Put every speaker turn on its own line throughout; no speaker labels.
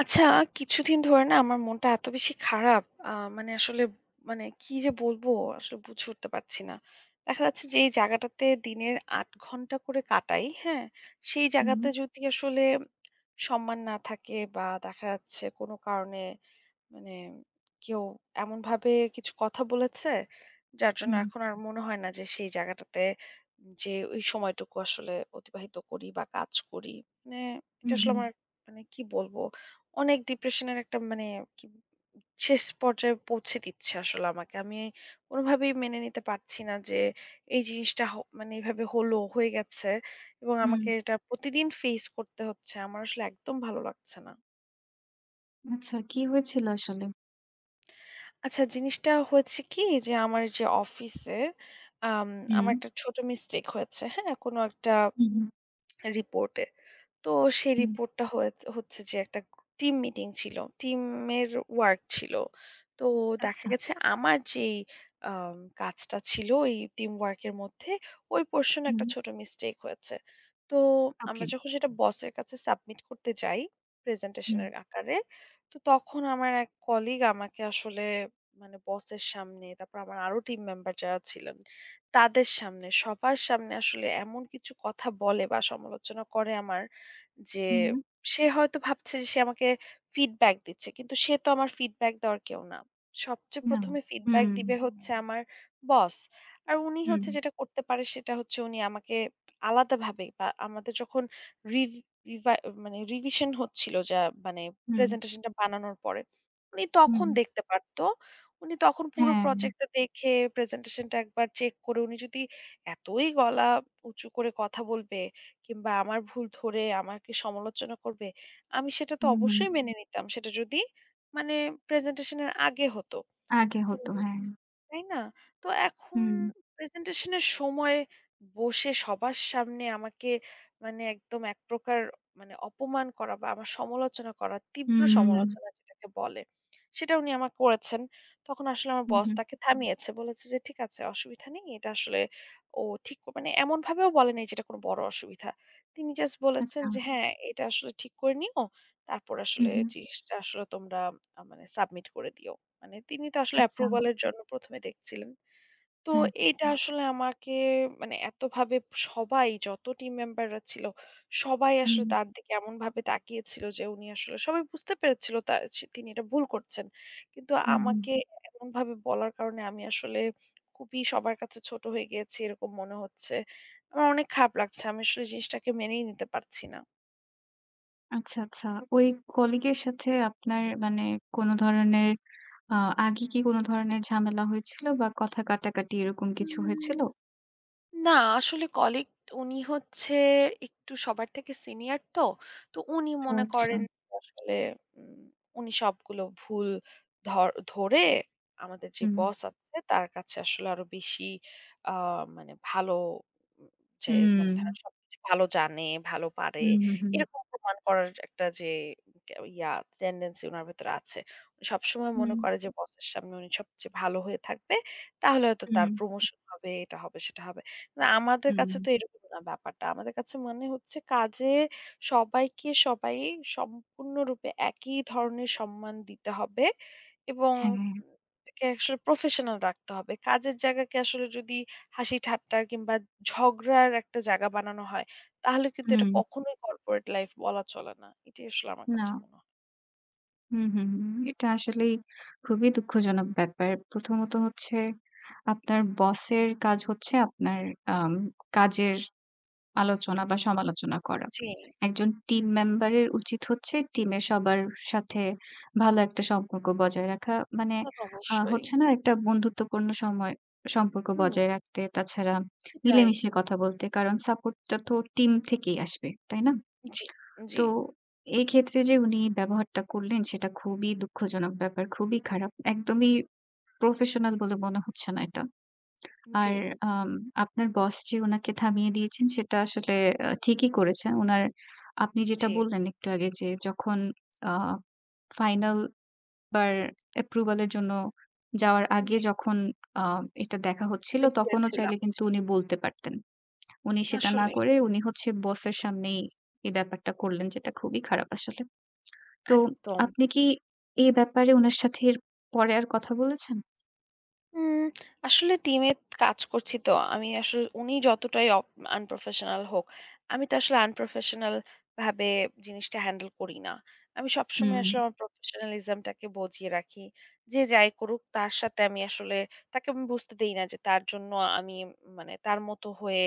আচ্ছা, কিছুদিন ধরে না আমার মনটা এত বেশি খারাপ। মানে আসলে মানে কি যে বলবো আসলে বুঝে উঠতে পারছি না। দেখা যাচ্ছে যে এই জায়গাটাতে দিনের ৮ ঘন্টা করে কাটাই, হ্যাঁ? সেই জায়গাতে
হুম,
যদি আসলে সম্মান না থাকে বা দেখা যাচ্ছে কোনো কারণে মানে কেউ এমনভাবে কিছু কথা বলেছে, যার জন্য
হুম,
এখন আর মনে হয় না যে সেই জায়গাটাতে যে ওই সময়টুকু আসলে অতিবাহিত করি বা কাজ করি। মানে এটা
হুম,
আসলে
হুম,
আমার মানে কি বলবো? অনেক ডিপ্রেশনের একটা মানে কি শেষ পর্যায়ে পৌঁছে দিচ্ছে আসলে আমাকে। আমি কোনোভাবেই মেনে নিতে পারছি না যে এই জিনিসটা মানে এভাবে হলো, হয়ে গেছে এবং
হুম।
আমাকে এটা প্রতিদিন ফেস করতে হচ্ছে। আমার আসলে একদম ভালো লাগছে না।
আচ্ছা কি হয়েছিল আসলে?
আচ্ছা জিনিসটা হয়েছে কি যে আমার যে অফিসে আম আমার
হুম,
একটা ছোট মিস্টেক হয়েছে। হ্যাঁ? কোনো একটা
হুম, হুম,
রিপোর্টে। তো সেই
হুম।
রিপোর্টটা হয়ে হচ্ছে যে একটা টিম মিটিং ছিল। টিমের ওয়ার্ক ছিল। তো দেখা
আচ্ছা,
গেছে আমার যেই আম কাজটা ছিল এই টিম ওয়ার্ক এর মধ্যে ওই পোরশন
হুম,
একটা ছোট মিস্টেক হয়েছে। তো
ওকে।
আমরা যখন সেটা বসের কাছে সাবমিট করতে যাই প্রেজেন্টেশন
হুম,
এর আকারে, তো তখন আমার এক কলিগ আমাকে আসলে মানে বসের সামনে তারপর আমার আরো টিম মেম্বার যারা ছিলেন তাদের সামনে সবার সামনে আসলে এমন কিছু কথা বলে বা সমালোচনা করে আমার যে
হুম,
সে হয়তো ভাবছে যে সে আমাকে ফিডব্যাক দিচ্ছে। কিন্তু সে তো আমার ফিডব্যাক দেওয়ার কেউ না। সবচেয়ে
না।
১ম এ ফিডব্যাক
হুম,
দিবে হচ্ছে আমার বস। আর উনি
হুম,
হচ্ছে যেটা করতে পারে সেটা হচ্ছে উনি আমাকে আলাদাভাবে বা আমাদের যখন রিভ রিভা রিভিশন হচ্ছিল যা মানে
হুম,
প্রেজেন্টেশনটা বানানোর পরে, উনি
হুম।
তখন দেখতে পারতো। উনি তখন পুরো
হ্যাঁ,
প্রজেক্টটা দেখে প্রেজেন্টেশনটা একবার চেক করে উনি যদি এতই গলা উঁচু করে কথা বলবে কিংবা আমার ভুল ধরে আমাকে সমালোচনা করবে, আমি সেটা তো
হুম, হুম।
অবশ্যই হুম। মেনে নিতাম। সেটা যদি মানে প্রেজেন্টেশন এর আগে হতো।
আগে
এখন
হতো, হ্যাঁ।
তাই না? তো এখন
হুম,
প্রেজেন্টেশনের সময় বসে সবার সামনে আমাকে মানে একদম এক প্রকার মানে অপমান করা বা আমার সমালোচনা করা, তীব্র
হুম,
সমালোচনা যেটাকে বলে, সেটা উনি আমাকে করেছেন। তখন আসলে আমার
হুম,
বস
হুম।
তাকে থামিয়েছে। বলেছে যে, "ঠিক আছে, অসুবিধা নেই। এটা আসলে ও ঠিক" মানে এমনভাবেও বলে নাই যে এটা কোনো বড় অসুবিধা। তিনি জাস্ট বলেছেন
আচ্ছা,
যে, "হ্যাঁ, এটা আসলে ঠিক করে নিও। তারপর
হুম,
আসলে
হুম।
জিনিসটা আসলে তোমরা মানে সাবমিট করে দিও।" মানে তিনি তো আসলে
আচ্ছা,
অ্যাপ্রুভাল এর জন্য ১ম এ দেখছিলেন। তো
হ্যাঁ।
এইটা হুম। আসলে আমাকে মানে এতভাবে সবাই যত টিম মেম্বাররা ছিল, সবাই আসলে
হুম,
তার দিকে এমনভাবে তাকিয়েছিল যে উনি আসলে সবাই বুঝতে পেরেছিল তা সে তিনি এটা ভুল করছেন। কিন্তু
হুম, হুম।
আমাকে এমনভাবে বলার কারণে আমি আসলে খুবই সবার কাছে ছোট হয়ে গিয়েছি এরকম মনে হচ্ছে। আমার অনেক খারাপ লাগছে। আমি আসলে জিনিসটাকে মেনেই নিতে পারছি না।
আচ্ছা, আচ্ছা। ওই কলিগের সাথে আপনার মানে কোন ধরনের আ আগে কি কোন ধরনের ঝামেলা হয়েছিল বা কথা কাটাকাটি এরকম কিছু
হুম,
হয়েছিল?
না, আসলে কলিগ উনি হচ্ছে একটু সবার থেকে সিনিয়র তো। তো উনি
ও
মনে
আচ্ছা।
করেন যে আসলে উম উনি সবগুলো ভুল ধরে আমাদের যে
হুম,
বস আছে তার কাছে আসলে আরো বেশি আ মানে ভালো উম যে মানে
হুম,
ধরেন সবকিছু ভালো জানে, ভালো পারে।
হুম, হুম,
এরকম প্রমাণ করার একটা যে উ ইয়া টেনডেন্সি উনার ভেতরে আছে। উনি সবসময় মনে
হুম,
করে যে বসের সামনে উনি সবচেয়ে ভালো হয়ে থাকবে। তাহলে হয়তো তার
হুম,
প্রমোশন হবে, এটা হবে, সেটা হবে। না আমাদের কাছে
হুম,
তো এরকম না ব্যাপারটা। আমাদের কাছে মনে হচ্ছে কাজে সবাইকে সবাই সম্পূর্ণরূপে একই ধরনের সম্মান দিতে হবে এবং
হ্যাঁ,
উম তাকে আসলে প্রফেশনাল রাখতে হবে। কাজের জায়গাকে আসলে যদি হাসি ঠাট্টার কিংবা ঝগড়ার একটা জায়গা বানানো হয়, তাহলে কিন্তু এটা
হুম,
কখনোই কর্পোরেট লাইফ বলা চলে না। এটাই আসলে আমার
না,
কাছে মনে হয়।
হুম, হুম, হুম। এটা আসলেই খুবই দুঃখজনক ব্যাপার। প্রথমত হচ্ছে আপনার বসের কাজ হচ্ছে আপনার আম কাজের আলোচনা বা সমালোচনা করা।
জি।
একজন
হুম,
টিম মেম্বার এর উচিত হচ্ছে টিমের সবার সাথে ভালো একটা সম্পর্ক বজায় রাখা। মানে
তা তো অবশ্যই।
হচ্ছে না একটা বন্ধুত্বপূর্ণ সময় সম্পর্ক
হুম,
বজায় রাখতে। তাছাড়া
সেটাই।
মিলেমিশে কথা বলতে। কারণ সাপোর্টটা তো টিম থেকেই আসবে, তাই না?
জি, জি,
তো এই ক্ষেত্রে যে উনি ব্যবহারটা করলেন সেটা খুবই দুঃখজনক ব্যাপার। খুবই খারাপ। একদমই প্রফেশনাল বলে মনে হচ্ছে না এটা।
জি।
আর আম আপনার বস যে উনাকে থামিয়ে দিয়েছেন সেটা আসলে
হুম,
ঠিকই করেছেন। উনার আপনি যেটা
জি,
বললেন একটু আগে যে যখন আ ফাইনাল বার অ্যাপ্রুভাল এর জন্য যাওয়ার আগে
জি।
যখন আ এটা দেখা হচ্ছিল তখনও
দেখিয়েছিলাম।
চাইলে কিন্তু
জি।
উনি বলতে পারতেন। উনি সেটা না
আসলে,
করে উনি হচ্ছে বসের সামনেই এই ব্যাপারটা করলেন যেটা খুবই খারাপ আসলে। তো
একদম।
আপনি কি এই ব্যাপারে উনার সাথে এর পরে আর কথা বলেছেন?
উম আসলে টিমে কাজ করছি তো। আমি আসলে উনি যতটাই আনপ্রফেশনাল হোক, আমি তো আসলে আনপ্রফেশনাল ভাবে জিনিসটা হ্যান্ডেল করি না। আমি সবসময়
হুম,
আসলে আমার প্রফেশনালিজমটাকে বজিয়ে রাখি। যে যাই করুক তার সাথে আমি আসলে তাকে আমি বুঝতে দেই না যে তার জন্য আমি মানে তার মতো হয়ে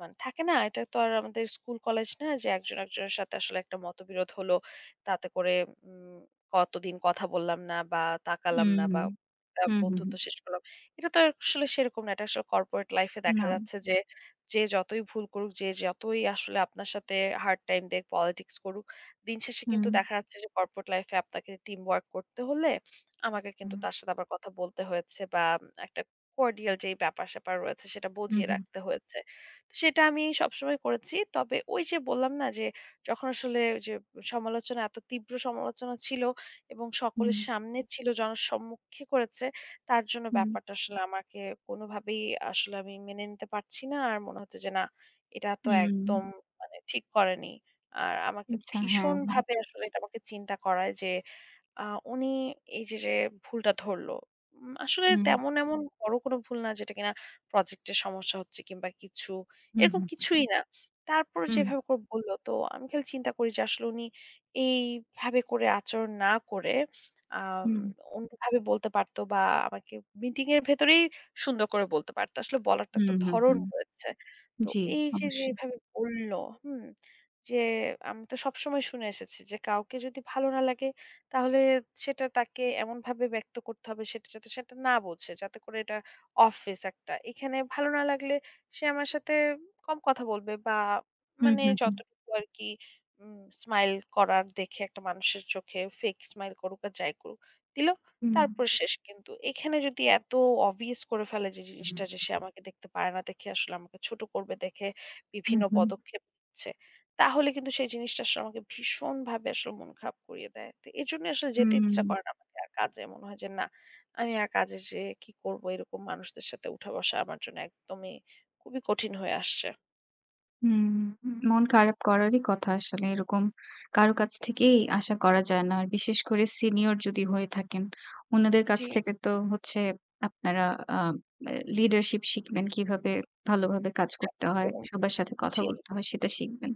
মানে থাকে না? এটা তো আর আমাদের স্কুল কলেজ না যে একজন একজনের সাথে আসলে একটা মতবিরোধ হলো। তাতে করে উম কতদিন কথা বললাম না বা তাকালাম
হুম,
না বা একটা
হুম, হুম,
বন্ধুত্ব
হুম।
শেষ করলাম। এটা তো আসলে সেরকম না। এটা আসলে কর্পোরেট লাইফ এ দেখা
না।
যাচ্ছে যে, যে যতই ভুল করুক, যে যতই আসলে আপনার সাথে হার্ড টাইম দেক, পলিটিক্স করুক, দিন শেষে
হুম,
কিন্তু দেখা যাচ্ছে যে কর্পোরেট লাইফ এ আপনাকে টিম ওয়ার্ক করতে হলে আমাকে কিন্তু
হুম।
তার সাথে আবার কথা বলতে হয়েছে বা একটা কর্ডিয়াল যেই ব্যাপার-স্যাপার রয়েছে সেটা
হুম,
বজিয়ে
হুম,
রাখতে হয়েছে। সেটা আমি সবসময় করেছি। তবে ওই যে বললাম না যে, যখন আসলে ওই যে সমালোচনা এত তীব্র সমালোচনা ছিল এবং সকলের সামনে ছিল, জনসম্মুখে করেছে, তার জন্য
হুম,
ব্যাপারটা আসলে আমাকে কোনোভাবেই আসলে আমি মেনে নিতে পারছি না। আর মনে হচ্ছে যে না, এটা তো
হুম, হুম।
একদম মানে ঠিক করেনি। আর আমাকে
আচ্ছা, হ্যাঁ, হ্যাঁ।
ভীষণভাবে আসলে এটা আমাকে চিন্তা করায় যে আ উনি এই যে, যে ভুলটা ধরল। আসলে
হুম,
তেমন এমন হুম। বড় কোনো ভুল না যেটা কিনা প্রজেক্টের সমস্যা হচ্ছে কিংবা কিছু,
হুম,
এরকম
হুম,
কিছুই না। তারপরও
হুম,
যেভাবে করে বলল তো আমি খালি চিন্তা করি যে আসলে উনি এইভাবে করে আচরণ না করে আম
হুম,
অন্যভাবে বলতে পারত বা আমাকে মিটিং এর ভেতরেই সুন্দর করে বলতে পারত। আসলে বলার তো একটা
হুম, হুম,
ধরন
হুম।
রয়েছে। তো
জি,
এই যে, যে
অবশ্যই।
এভাবে বলল, হুম? যে আমি তো সবসময় শুনে এসেছি যে কাউকে যদি ভালো না লাগে তাহলে সেটা তাকে এমনভাবে ব্যক্ত করতে হবে সেটা যাতে সেটা না বোঝে। যাতে করে এটা অফিস একটা। এখানে ভালো না লাগলে সে আমার সাথে কম কথা বলবে বা
হুম,
মানে
হুম, হুম,
যতটুকু আরকি উম স্মাইল করার দেখে একটা মানুষের চোখে ফেক স্মাইল করুক আর যাই করুক, দিল।
হুম,
তারপর শেষ কিন্তু। এখানে যদি এত obvious করে ফেলে যে
হুম,
জিনিসটা যে সে আমাকে দেখতে পারে না দেখে আসলে আমাকে ছোট করবে দেখে বিভিন্ন
হুম,
পদক্ষেপ নিচ্ছে। তাহলে কিন্তু সেই জিনিসটা আসলে আমাকে ভীষণভাবে আসলে মন খারাপ করিয়ে দেয়। তো এজন্যই আসলে
হুম,
যেতে
হুম।
ইচ্ছা করে না আমাকে আর কাজে। মনে হয় যে না, আমি আর কাজে যেয়ে কি করব? এরকম মানুষদের সাথে উঠা বসা আমার জন্য একদমই খুবই কঠিন হয়ে আসছে।
হুম। মন খারাপ করারই কথা আসলে। এরকম কারো কাছ থেকেই আশা করা যায় না। আর বিশেষ করে সিনিয়র যদি হয়ে থাকেন, উনাদের কাছ
জি।
থেকে তো হচ্ছে আপনারা আ লিডারশিপ শিখবেন। কিভাবে ভালোভাবে কাজ করতে হয়,
একদম।
সবার সাথে কথা
জি।
বলতে হয় সেটা শিখবেন।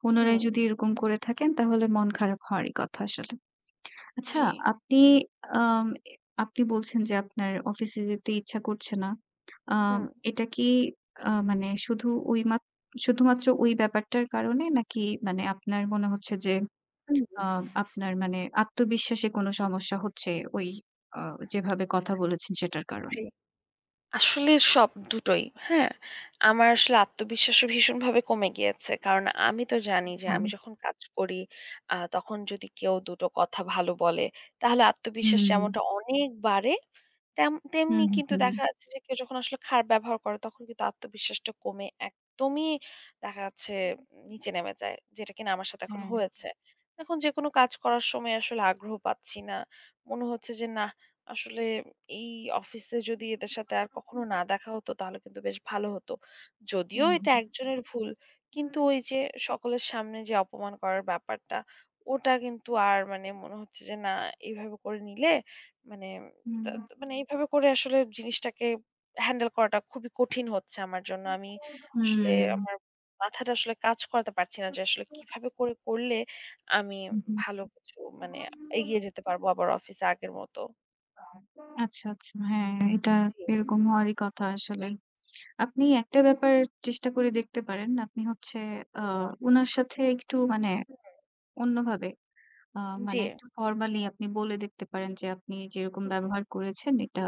পুনরায়
হুম।
যদি এরকম করে থাকেন তাহলে মন খারাপ হওয়ারই কথা আসলে। আচ্ছা
জি।
আপনি আম এ আপনি বলছেন যে আপনার অফিসে যেতে ইচ্ছা করছে না। আম
হুম।
এটা কি মানে শুধু ওই মাত শুধুমাত্র ওই ব্যাপারটার কারণে নাকি মানে আপনার মনে হচ্ছে যে
হুম,
আ আপনার মানে আত্মবিশ্বাসে কোনো সমস্যা হচ্ছে ওই আ যেভাবে কথা বলেছেন সেটার কারণে?
জি। আসলে সব দুটোই। হ্যাঁ? আমার আসলে আত্মবিশ্বাসও ভীষণভাবে কমে গিয়েছে। কারণ আমি তো জানি যে
আচ্ছা।
আমি যখন কাজ করি তখন যদি কেউ দুটো কথা ভালো বলে তাহলে আত্মবিশ্বাস
হুম,
যেমনটা অনেক বাড়ে তেমনি
হুম, হুম,
কিন্তু
হুম।
দেখা যাচ্ছে যে কেউ যখন আসলে খারাপ ব্যবহার করে তখন কিন্তু আত্মবিশ্বাসটা কমে একদমই দেখা যাচ্ছে নিচে নেমে যায়। যেটা কিনা আমার সাথে এখন
হ্যাঁ।
হয়েছে। এখন যেকোনো কাজ করার সময় আসলে আগ্রহ পাচ্ছি না। মনে হচ্ছে যে নাহ আসলে এই অফিসে যদি এদের সাথে আর কখনো না দেখা হতো তাহলে কিন্তু বেশ ভালো হতো। যদিও
হুম।
এটা একজনের ভুল, কিন্তু ওই যে সকলের সামনে যে অপমান করার ব্যাপারটা, ওটা কিন্তু আর মানে মনে হচ্ছে যে না এইভাবে করে নিলে মানে তা
হুম।
তা মানে এইভাবে করে আসলে জিনিসটাকে হ্যান্ডেল করাটা খুবই কঠিন হচ্ছে আমার জন্য। আমি আসলে
হুম।
আমার মাথাটা আসলে কাজ করাতে পারছি না যে আসলে কিভাবে করে করলে আমি
হু, হু।
ভালো কিছু মানে এগিয়ে যেতে পারবো আবার অফিসে আগের মতো।
আচ্ছা, আচ্ছা। হ্যাঁ, এটা
জি।
এরকম হওয়ারই কথা আসলে। আপনি একটা ব্যাপার চেষ্টা করে দেখতে পারেন। আপনি হচ্ছে আ উনার সাথে একটু মানে অন্যভাবে আ
জি।
মানে একটু ফরমালি আপনি বলে দেখতে পারেন যে, "আপনি যেরকম
হুম,
ব্যবহার করেছেন এটা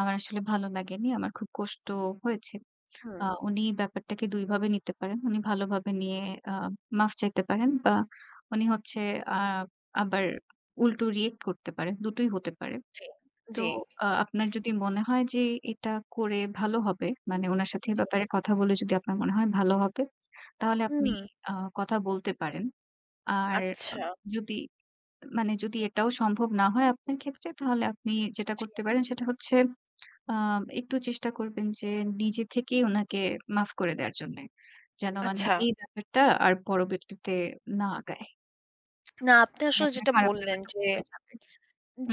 আমার আসলে ভালো লাগেনি। আমার খুব কষ্ট হয়েছে।"
হুম,
উনি ব্যাপারটাকে ২ ভাবে নিতে পারেন। উনি ভালোভাবে নিয়ে আ মাফ চাইতে পারেন বা উনি হচ্ছে আ আবার
হুম।
উল্টো রিঅ্যাক্ট করতে পারেন। দুটোই হতে পারে।
জি,
তো
জি।
আপনার যদি মনে হয় যে এটা করে ভালো হবে, মানে উনার সাথে এ
জি।
ব্যাপারে কথা বলে যদি আপনার মনে হয় ভালো হবে, তাহলে আপনি
হুম।
আ কথা বলতে পারেন। আর আ
আচ্ছা,
যদি মানে যদি এটাও সম্ভব না হয় আপনার ক্ষেত্রে, তাহলে আপনি যেটা
জি,
করতে পারেন সেটা হচ্ছে একটু চেষ্টা করবেন যে নিজে থেকেই উনাকে মাফ করে দেওয়ার জন্যে। যেন মানে
আচ্ছা।
এই ব্যাপারটা আর পরবর্তীতে না আগায়।
না আপনি
আর
আসলে
আপনার
যেটা
খারাপ
বললেন
লাগাটাও
যে
কমে যাবে।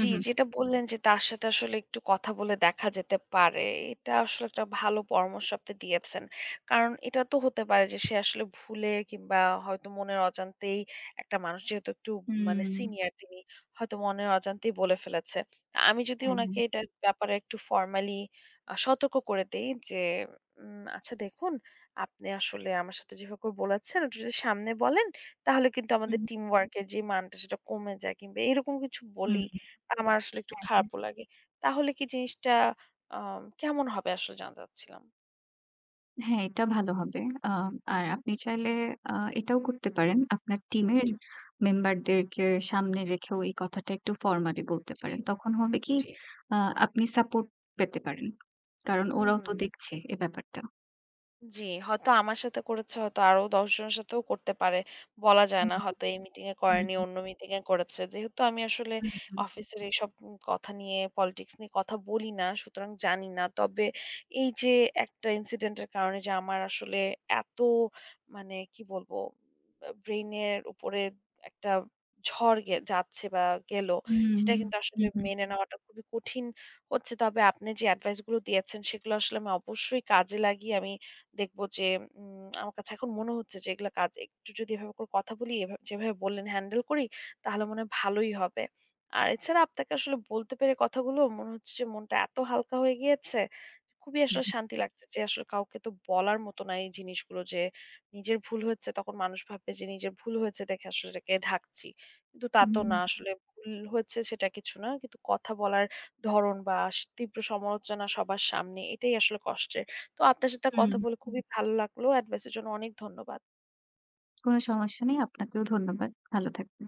জি,
হুম।
যেটা বললেন যে তার সাথে আসলে একটু কথা বলে দেখা যেতে পারে। এটা আসলে একটা ভালো পরামর্শ আপনি দিয়েছেন। কারণ এটা তো হতে পারে যে সে আসলে ভুলে কিংবা হয়তো মনের অজান্তেই একটা মানুষ যেহেতু একটু মানে
হুম,
সিনিয়র তিনি হয়তো মনের অজান্তেই বলে ফেলেছে। আমি যদি
হ্যাঁ, হ্যাঁ।
উনাকে এটার ব্যাপারে একটু ফর্মালি সতর্ক করে দেই যে, "আচ্ছা দেখুন, আপনি আসলে আমার সাথে যেভাবে করে বলেছেন ওটা যদি সামনে বলেন তাহলে কিন্তু আমাদের
হুম,
টিম ওয়ার্ক এর যে মানটা সেটা কমে যায়" কিংবা এরকম কিছু
হুম।
বলি। আমার আসলে একটু
হ্যাঁ, হ্যাঁ।
খারাপও লাগে। তাহলে কি জিনিসটা আ কেমন হবে আসলে জানতে চাচ্ছিলাম?
হ্যাঁ, এটা ভালো হবে। আ আর আপনি চাইলে আ এটাও করতে পারেন। আপনার
হুম,
টিমের মেম্বারদেরকে সামনে রেখেও এই কথাটা একটু ফরমালি বলতে
জি,
পারেন। তখন হবে কি
জি।
আ আপনি সাপোর্ট পেতে পারেন। কারণ ওরাও
হুম।
তো দেখছে এ ব্যাপারটা।
জি, হয়তো আমার সাথে করেছে, হয়তো আরো ১০ জনের সাথেও করতে পারে। বলা যায়
হুম,
না। হয়তো এই মিটিং এ করেনি, অন্য
হুম।
মিটিং এ করেছে। যেহেতু আমি আসলে
হুম, হুম।
অফিসের এইসব কথা নিয়ে, পলিটিক্স নিয়ে কথা বলি না, সুতরাং জানি না। তবে এই যে একটা ইনসিডেন্ট এর কারণে যে আমার আসলে এত মানে কি বলবো, ব্রেইন এর উপরে একটা ঝড় যাচ্ছে বা গেল,
হুম,
সেটা কিন্তু আসলে
হুম।
মেনে নেওয়াটা খুবই কঠিন হচ্ছে। তবে আপনি যে এডভাইস গুলো দিয়েছেন, সেগুলো আসলে আমি অবশ্যই কাজে লাগিয়ে আমি দেখব যে আমার কাছে এখন মনে হচ্ছে যে এগুলা কাজ একটু যদি এভাবে করে কথা বলি, এভাবে যেভাবে বললেন হ্যান্ডেল করি তাহলে মনে হয় ভালোই হবে। আর এছাড়া আপনাকে আসলে বলতে পেরে কথাগুলো মনে হচ্ছে যে মনটা এত হালকা হয়ে গিয়েছে, খুবই
হুম,
আসলে
হুম।
শান্তি লাগছে যে আসলে কাউকে তো বলার মতো না এই জিনিসগুলো যে নিজের ভুল হয়েছে তখন মানুষ ভাববে যে নিজের ভুল হয়েছে দেখে আসলে এটাকে ঢাকছি। কিন্তু তা তো
হুম,
না আসলে ভুল হয়েছে সেটা কিছু না। কিন্তু কথা বলার ধরন বা তীব্র সমালোচনা সবার সামনে এটাই আসলে কষ্টের। তো আপনার সাথে
হুম।
কথা বলে খুবই ভালো লাগলো। অ্যাডভাইস এর জন্য অনেক ধন্যবাদ।
কোনো সমস্যা নেই। আপনাকেও ধন্যবাদ। ভালো থাকবেন।